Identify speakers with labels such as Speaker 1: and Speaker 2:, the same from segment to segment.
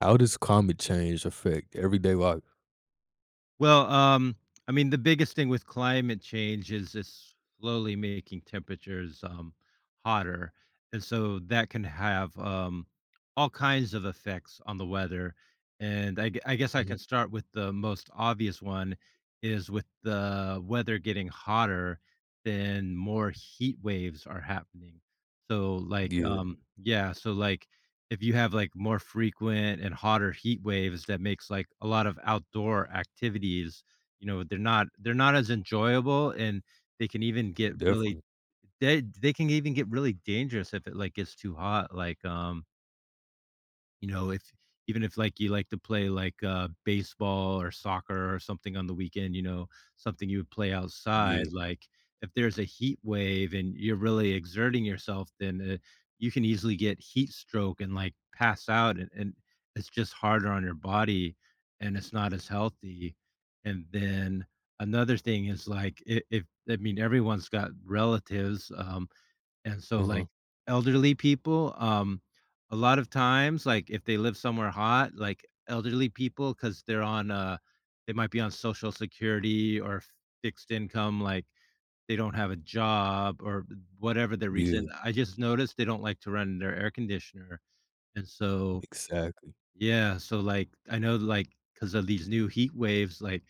Speaker 1: How does climate change affect everyday life?
Speaker 2: Well, I mean, the biggest thing with climate change is it's slowly making temperatures hotter, and so that can have all kinds of effects on the weather. And I guess I
Speaker 1: Mhm.
Speaker 2: can start with the most obvious one is with the weather getting hotter, then more heat waves are happening. So, like,
Speaker 1: Yeah,
Speaker 2: yeah, so like if you have, like, more frequent and hotter heat waves that makes, like, a lot of outdoor activities, you know, they're not as enjoyable, and they can even get really
Speaker 1: definitely.
Speaker 2: they can even get really dangerous if it, like, gets too hot, like, you know, if even if like you like to play like baseball or soccer or something on the weekend, you know, something you would play outside,
Speaker 1: Yeah.
Speaker 2: like if there's a heat wave and you're really exerting yourself, then you can easily get heat stroke and like pass out, and it's just harder on your body and it's not as healthy. And then another thing is like if I mean everyone's got relatives, and so,
Speaker 1: Uh-huh.
Speaker 2: like, elderly people, a lot of times, like, if they live somewhere hot, like, elderly people, because 'cause they might be on Social Security or fixed income, like, they don't have a job or whatever the
Speaker 1: Yeah,
Speaker 2: reason. I just noticed they don't like to run their air conditioner, and so
Speaker 1: exactly.
Speaker 2: yeah, so, like, I know, like because of these new heat waves, like,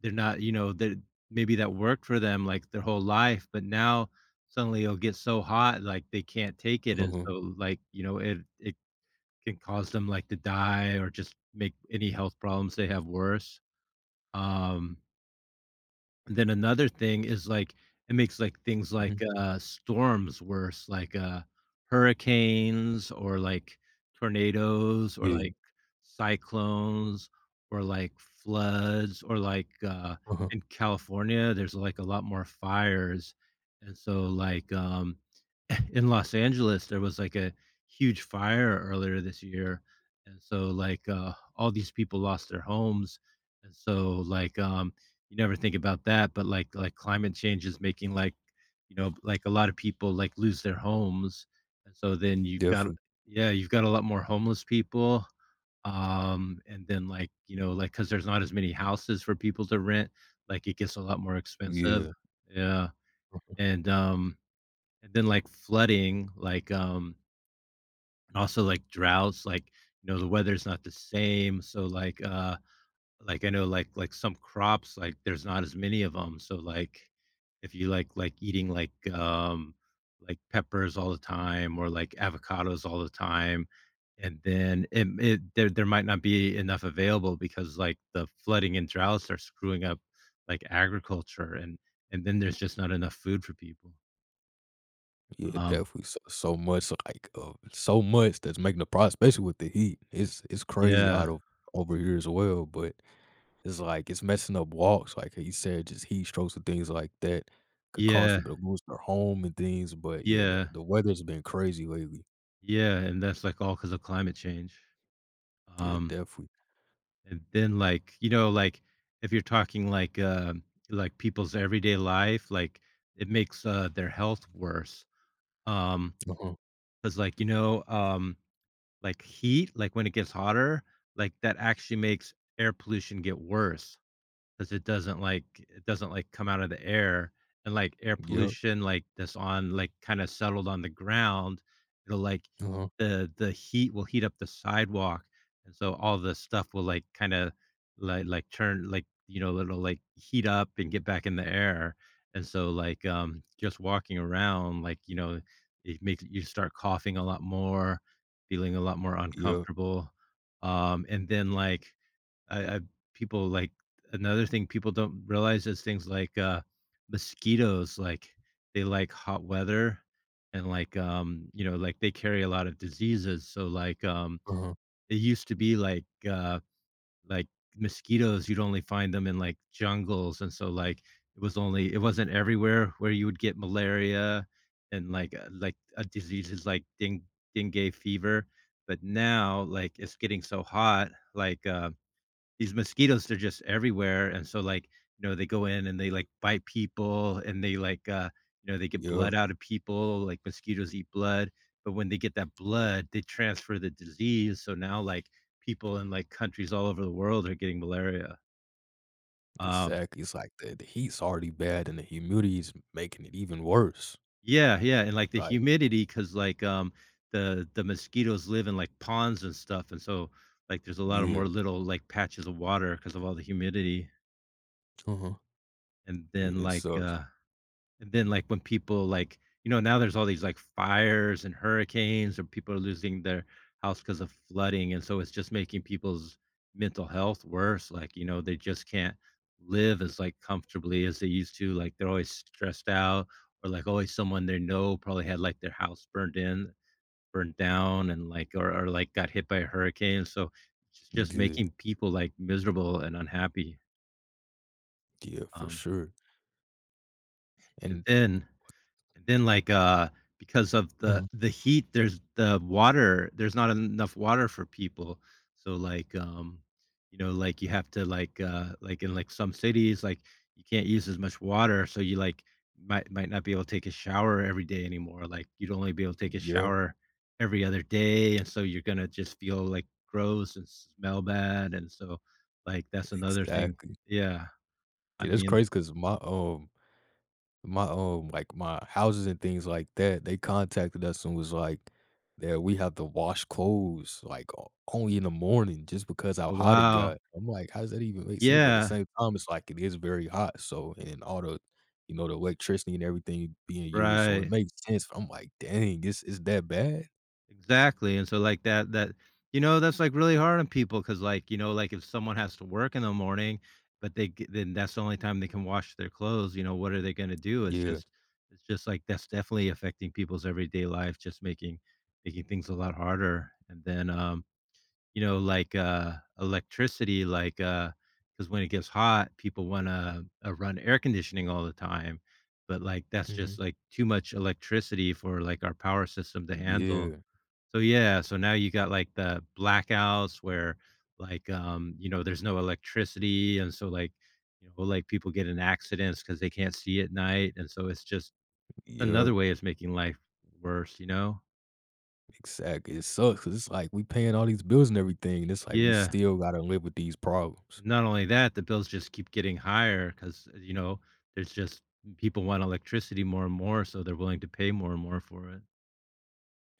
Speaker 2: they're not that maybe that worked for them, like, their whole life, but now suddenly it'll get so hot, like, they can't take it, and
Speaker 1: Uh-huh.
Speaker 2: so, like, you know, it can cause them, like, to die or just make any health problems they have worse. Um and then another thing is, like, it makes, like, things like,
Speaker 1: Mhm.
Speaker 2: storms worse, like, hurricanes or, like, tornadoes or,
Speaker 1: Yeah.
Speaker 2: like, cyclones or, like, floods or, like,
Speaker 1: Uh-huh.
Speaker 2: in California, there's, like, a lot more fires, and so, like, in Los Angeles, there was, like, a huge fire earlier this year, and so, like, all these people lost their homes, and so, like, you never think about that, but like climate change is making like, you know, like a lot of people like lose their homes. And so then you've got,
Speaker 1: Definitely.
Speaker 2: yeah, you've got a lot more homeless people. And then like, you know, like because there's not as many houses for people to rent, like it gets a lot more expensive.
Speaker 1: Yeah.
Speaker 2: Yeah. And um and then like flooding, like, and also like droughts, like you know, the weather's not the same. So like, I know, like, some crops, like, there's not as many of them. So, like, if you like eating, like, peppers all the time or, like, avocados all the time, and then it there might not be enough available because, like, the flooding and droughts are screwing up, like, agriculture, and then there's just not enough food for people.
Speaker 1: Yeah,
Speaker 2: Um
Speaker 1: definitely. So, so much so much that's making the problem, especially with the heat. It's crazy
Speaker 2: Yeah.
Speaker 1: hot over here as well, but it's like it's messing up walks. Like he said, just heat strokes and things like that could cause
Speaker 2: Yeah.
Speaker 1: people to lose their home and things. But yeah,
Speaker 2: Yeah.
Speaker 1: the weather's been crazy lately.
Speaker 2: Yeah, and that's, like, all because of climate change.
Speaker 1: Yeah,
Speaker 2: Um
Speaker 1: definitely.
Speaker 2: And then, like, you know, like, if you're talking like people's everyday life, like, it makes, their health worse. Um,
Speaker 1: Uh-huh.
Speaker 2: because like, you know, like heat, like when it gets hotter, like that actually makes air pollution get worse. 'Cause it doesn't, like, come out of the air, and, like, air
Speaker 1: Yeah.
Speaker 2: pollution, like, that's on, like, kinda settled on the ground, it'll, like
Speaker 1: Uh-huh.
Speaker 2: the heat will heat up the sidewalk, and so all the stuff will, like, kinda, like, turn like, you know, it'll, like, heat up and get back in the air, and so, like, just walking around, like, you know, it makes you start coughing a lot more, feeling a lot more
Speaker 1: Yep.
Speaker 2: uncomfortable, and then, like, I people, like, another thing people don't realize is things like mosquitoes, like they like hot weather, and like you know like they carry a lot of diseases, so like
Speaker 1: Uh-huh.
Speaker 2: it used to be uh like mosquitoes, you'd only find them in like jungles, and so like it was only it wasn't everywhere where you would get malaria, and like diseases like ding dengue fever. But now like it's getting so hot like these mosquitoes, they're just everywhere, and so, like, you know, they go in and they, like, bite people, and they, like, you know, they get
Speaker 1: Yep.
Speaker 2: blood out of people, like, mosquitoes eat blood, but when they get that
Speaker 1: uh
Speaker 2: blood, they transfer the disease, so now, like, people in, like, countries all over the world are getting malaria. Um
Speaker 1: Exactly. It's like the heat's already bad and the humidity's making it even worse.
Speaker 2: Yeah, yeah, and, like, the
Speaker 1: Like,
Speaker 2: humidity, because like, the mosquitoes live in, like, ponds and stuff, and so, like, there's a lot of more
Speaker 1: yeah.
Speaker 2: little, like, patches of water because of all the humidity,
Speaker 1: Uh-huh.
Speaker 2: and
Speaker 1: Yeah,
Speaker 2: then,
Speaker 1: it
Speaker 2: like,
Speaker 1: sucks.
Speaker 2: uh And then, like, when people, like you know, now there's all these, like, fires and hurricanes, or people are losing their house because of flooding, and so it's just making people's mental health worse, like, you know, they just can't live as, like, comfortably as they used to, like, they're always stressed out or, like, always someone they know probably had, like, their house burned down, and or like, got hit by a hurricane, so it's just
Speaker 1: Yeah.
Speaker 2: making people, like, miserable and unhappy,
Speaker 1: Yeah, for
Speaker 2: um,
Speaker 1: sure.
Speaker 2: and
Speaker 1: And
Speaker 2: then And then, like, because of the
Speaker 1: Mhm.
Speaker 2: the heat, there's not enough water for people. So, like, you know, like, you have to, like, in, like, some cities, like, you can't use as much water, so you, like, might not be able to take a shower every day anymore, like, you'd only be able to take a
Speaker 1: Yep,
Speaker 2: shower every other day, and so you're gonna just feel, like, gross and smell bad, and so, like, that's another thing.
Speaker 1: exactly.
Speaker 2: Yeah, I
Speaker 1: Yeah, that's
Speaker 2: mean,
Speaker 1: crazy because my like my houses and things like that they contacted us and was like that we have to wash clothes like only in the morning just because how
Speaker 2: oh,
Speaker 1: hot it
Speaker 2: wow.
Speaker 1: got. I'm like, how does that even make sense? But at the
Speaker 2: Yeah,
Speaker 1: same time, it's like it is very hot, so and all the you know the electricity and everything being used, so it
Speaker 2: right.
Speaker 1: makes sense. I'm like, dang, this is that bad.
Speaker 2: Exactly, and so, like, that you know, that's, like, really hard on people, because like, you know, like, if someone has to work in the morning, but they g then that's the only time they can wash their clothes, you know, what are they gonna do?
Speaker 1: Yeah.
Speaker 2: It's just, like, that's definitely affecting people's everyday life, just making making things a lot harder, and then, you know, like, electricity, like, because when it gets hot, people wanna, run air conditioning all the time, but, like, that's
Speaker 1: Hmm.
Speaker 2: just, like, too much electricity for, like, our power system to handle.
Speaker 1: Yeah.
Speaker 2: So yeah, so now you got like the blackouts where like you know, there's no electricity, and so like, you know, like people get in accidents because they can't see at night, and so it's just
Speaker 1: Yep,
Speaker 2: another way of making life worse, you know?
Speaker 1: exactly, it sucks 'cause it's like we paying all these bills and everything and it's like we
Speaker 2: Yeah.
Speaker 1: still gotta live with these problems.
Speaker 2: And not only that, the bills just keep getting higher because you know, there's just people want electricity more and more, so they're willing to pay more and more for it.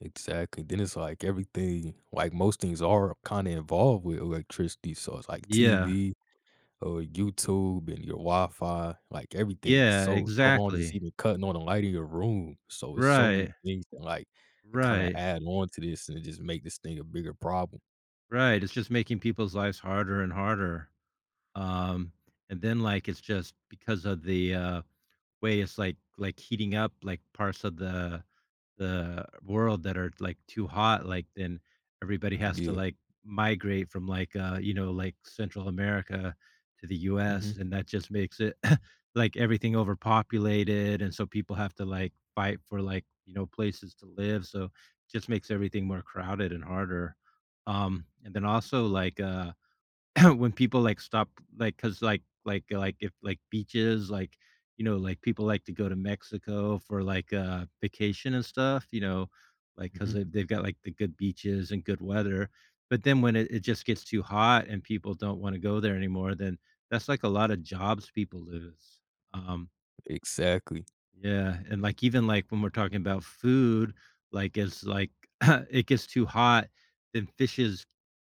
Speaker 1: Exactly. Then it's like everything, like most things are kind of involved with electricity. So it's like
Speaker 2: Yeah.
Speaker 1: TV or YouTube and your Wi-Fi, like everything.
Speaker 2: Yeah,
Speaker 1: So so long just
Speaker 2: exactly.
Speaker 1: even cutting on the light in your room. So it's so many
Speaker 2: Right.
Speaker 1: things that like it kind of
Speaker 2: Right.
Speaker 1: add on to this and just make this thing a bigger problem.
Speaker 2: Right. It's just making people's lives harder and harder. Um, and then, like, it's just because of the, way it's, like, heating up, like, parts of the world that are, like, too hot, like, then everybody has to,
Speaker 1: Yeah.
Speaker 2: like, migrate from, like, you know, like, Central America to the
Speaker 1: Hmm.
Speaker 2: US, and that just makes it, like, everything overpopulated, and so people have to, like, fight for, like, you know, places to live, so it just makes everything more crowded and harder. And then also, like, when people like, cause if like beaches, like, you know, like people like to go to Mexico for like, vacation and stuff, you know, like 'cause
Speaker 1: Hmm.
Speaker 2: they've got like the good beaches and good weather. But then when it just gets too hot and people don't wanna go there anymore, then that's like a lot of jobs people lose. Um
Speaker 1: Exactly.
Speaker 2: yeah, and, like, even, like, when we're talking about food, like, it's like it gets too hot, then fishes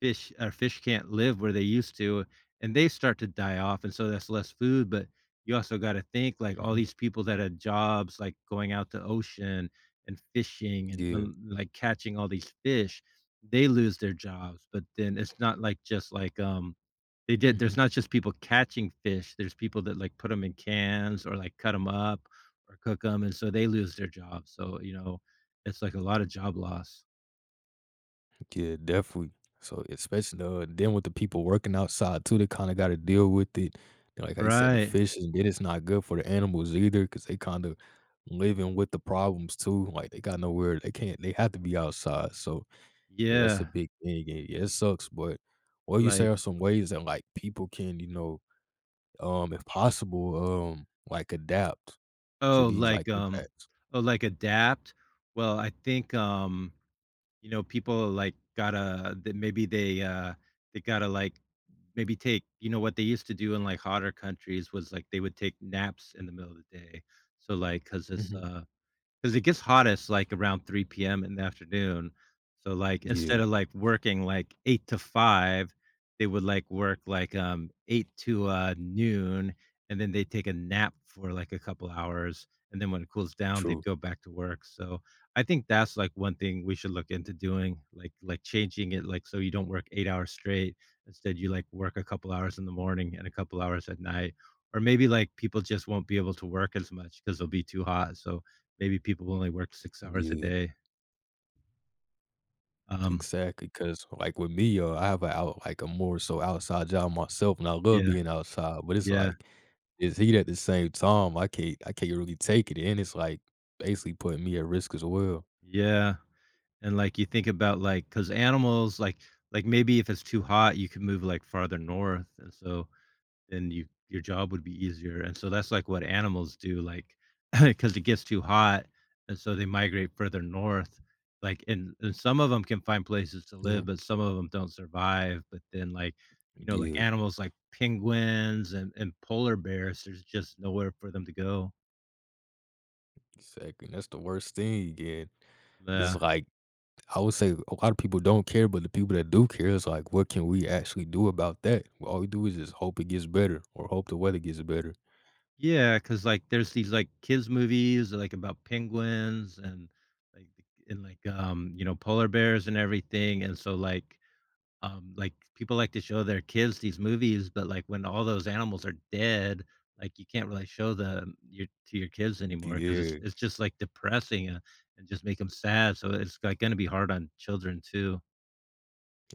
Speaker 2: fish or fish can't live where they used to, and they start to die off, and so that's less food, but you also gotta think, like, all
Speaker 1: Hmm.
Speaker 2: these people that had jobs, like, going out to ocean and fishing and,
Speaker 1: Yeah.
Speaker 2: l like, catching all these fish, they lose their jobs, but then it's not like just like, they did.
Speaker 1: Hmm.
Speaker 2: There's not just people catching fish, there's people that, like, put them in cans or, like, cut them up or cook them, and so they lose their jobs, so, you know, it's, like, a lot of job loss.
Speaker 1: Yeah, definitely. So especially then with the people working outside too, they kind of got to deal with it. And like I said, the
Speaker 2: Right.
Speaker 1: fish, and then it's not good for the animals either because they kind of living with the problems too. Like they got nowhere, they can't, they have to be outside. So yeah, that's a
Speaker 2: Yeah.
Speaker 1: big thing. And yeah, it sucks. But what you say
Speaker 2: Like
Speaker 1: are some ways that like people can, you know, if possible, like adapt to
Speaker 2: oh,
Speaker 1: these like
Speaker 2: like, um
Speaker 1: impacts.
Speaker 2: adapt? Well, I think, you know, people, like, gotta that maybe they gotta, like, maybe take what they used to do in, like, hotter countries was, like, they would take naps in the middle of the day. So, like because it's,
Speaker 1: Hmm.
Speaker 2: uh 'Cause it gets hottest, like, around 3 PM in the afternoon. So, like,
Speaker 1: Yeah,
Speaker 2: instead of, like, working, like, 8 to 5, they would, like, work, like, 8 to, noon, and then they take a nap for, like, a couple hours, and then when it cools down,
Speaker 1: true.
Speaker 2: they'd go back to work. So, I think that's, like, one thing we should look into doing, like, changing it, like, so you don't work 8 hours straight. Instead, you, like, work a couple hours in the morning and a couple hours at night. Or maybe, like, people just won't be able to work as much because 'cause it'll be too hot. So, maybe people only work 6 hours a
Speaker 1: Yeah.
Speaker 2: day. Um,
Speaker 1: Exactly, because like, with me, I have a a more so outside job myself, and I love
Speaker 2: yeah,
Speaker 1: being outside, but it's
Speaker 2: yeah,
Speaker 1: like, it's heat at the same time, I can't really take it, and it's, like, basically putting me at risk as well.
Speaker 2: yeah, and, like, you think about, like, cause animals, like, maybe if it's too hot, you can move, like, farther north, and so then your job would be easier, and so that's, like, what animals do, like because it gets too hot, and so they migrate further north, like, and some of them can find places to
Speaker 1: Mhm.
Speaker 2: live, but some of them don't survive, but then, like, you know, like,
Speaker 1: Yeah,
Speaker 2: animals like penguins and polar bears, there's just nowhere for them to go.
Speaker 1: exactly, and that's the worst thing. Again, it's
Speaker 2: The
Speaker 1: like, I would say a lot of people don't care, but the people that do care is like, what can we actually do about that? All we do is just hope it gets better or hope the weather gets better.
Speaker 2: Yeah, cause like, there's these, like, kids' movies, like, about penguins and, like, like, you know, polar bears and everything, and so, like, people like to show their kids these movies, but, like, when all those animals are dead, like, you can't really show them your to your kids anymore because it's
Speaker 1: Yeah.
Speaker 2: it's just, like, depressing and just make them sad, so it's, like, gonna be hard on children too.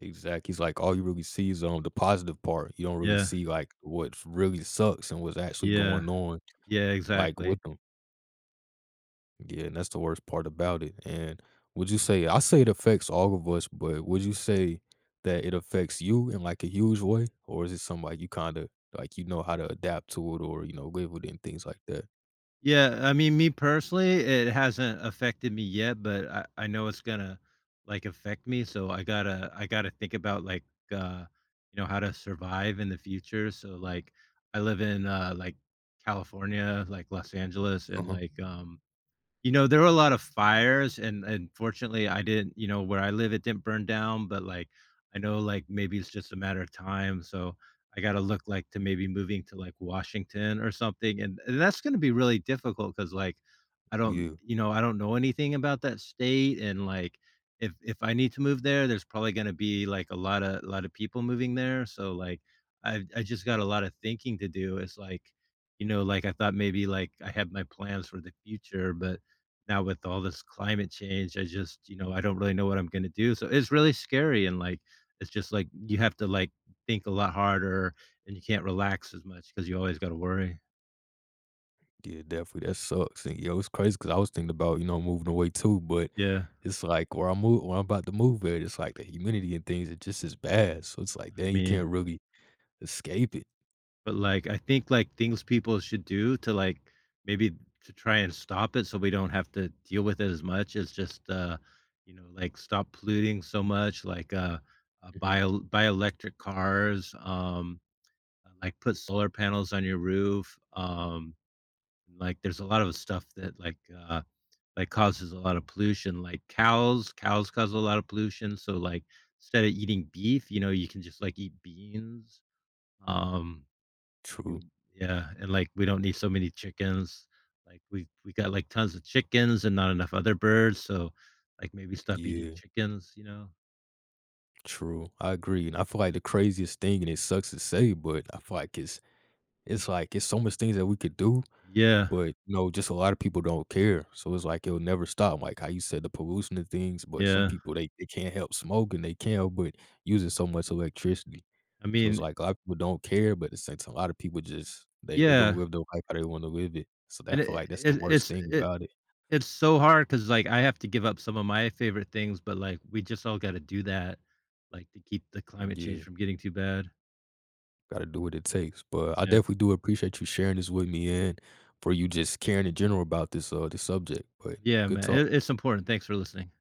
Speaker 1: Exactly. He's like, all you really see is, the positive part. You don't really
Speaker 2: Yeah.
Speaker 1: see, like, what's really sucks and what's actually
Speaker 2: Yeah.
Speaker 1: going on,
Speaker 2: Yeah,
Speaker 1: like, with
Speaker 2: exactly.
Speaker 1: them. Yeah, and that's the worst part about it. And would you say I say it affects all of us, but would you say that it affects you in like a huge way, or is it something like you kind of like you know how to adapt to it, or you know live with it and things like that?
Speaker 2: Yeah, I mean, me personally, it hasn't affected me yet, but I know it's gonna like affect me. So I gotta think about like uh you know how to survive in the future. So like I live in like California, like Los Angeles,
Speaker 1: Uh
Speaker 2: and
Speaker 1: huh.
Speaker 2: like you know, there were a lot of fires and fortunately, I didn't you know, where I live, it didn't burn down, but, like, I know, like, maybe it's just a matter of time, so I gotta look, like, to maybe moving to, like, Washington or something, and that's gonna be really difficult because like, I don't
Speaker 1: Yeah.
Speaker 2: you know, I don't know anything about that state, and, like, if I need to move there, there's probably gonna be, like, a lot of people moving there, so, like, I just got a lot of thinking to do. It's like, you know, like, I thought maybe, like, I had my plans for the future, but now with all this climate change, I just, you know, I don't really know what I'm gonna do. So it's really scary and like it's just like you have to like think a lot harder and you can't relax as much because you always gotta worry.
Speaker 1: Yeah, definitely, that sucks, and, yo, it's crazy because I was thinking about, you know, moving away too, but
Speaker 2: Yeah.
Speaker 1: it's like where I'm about to move at, it's like the humidity and things are just as bad, so it's like,
Speaker 2: I
Speaker 1: dang, you can't
Speaker 2: mean,
Speaker 1: really escape it.
Speaker 2: but like I think like things people should do to like maybe to try and stop it so we don't have to deal with it as much is just you know like stop polluting so much like
Speaker 1: Mhm.
Speaker 2: buy electric cars like put solar panels on your roof and, like, there's a lot of stuff that, like, causes a lot of pollution, like cows cause a lot of pollution, so, like, instead of eating beef, you know, you can just, like, eat beans. Um, I
Speaker 1: True.
Speaker 2: mean yeah, and, like, we don't need so many chickens. Like, we got, like, tons of chickens and not enough other birds, so, like, maybe stop eating
Speaker 1: Yeah,
Speaker 2: chickens, you know?
Speaker 1: true, I agree, and I feel like the craziest thing, and it sucks to say, but I feel like it's like, it's so much things that we could do.
Speaker 2: Yeah,
Speaker 1: But, you know, just a lot of people don't care, so it's like it'll never stop, like how you said the pollution and things, but some
Speaker 2: yeah.
Speaker 1: people, they can't help smoking, they can, not but using so much electricity.
Speaker 2: I
Speaker 1: So it's
Speaker 2: mean
Speaker 1: like a lot of people don't care, but at the same time, a lot of people just they gonna
Speaker 2: yeah,
Speaker 1: live their life how they wanna live it. So that
Speaker 2: and
Speaker 1: I feel
Speaker 2: it
Speaker 1: like that's the
Speaker 2: it
Speaker 1: worst
Speaker 2: it's
Speaker 1: thing
Speaker 2: it
Speaker 1: about it.
Speaker 2: It's so hard because, like, I have to give up some of my favorite things, but, like, we just all gotta do that, like, to keep the climate change
Speaker 1: Yeah,
Speaker 2: from getting too bad.
Speaker 1: gotta do what it takes, but I
Speaker 2: Yeah.
Speaker 1: definitely do appreciate you sharing this with me and for you just caring in general about this, this subject, but
Speaker 2: Yeah,
Speaker 1: good
Speaker 2: man,
Speaker 1: talk.
Speaker 2: it it's important. Thanks for listening.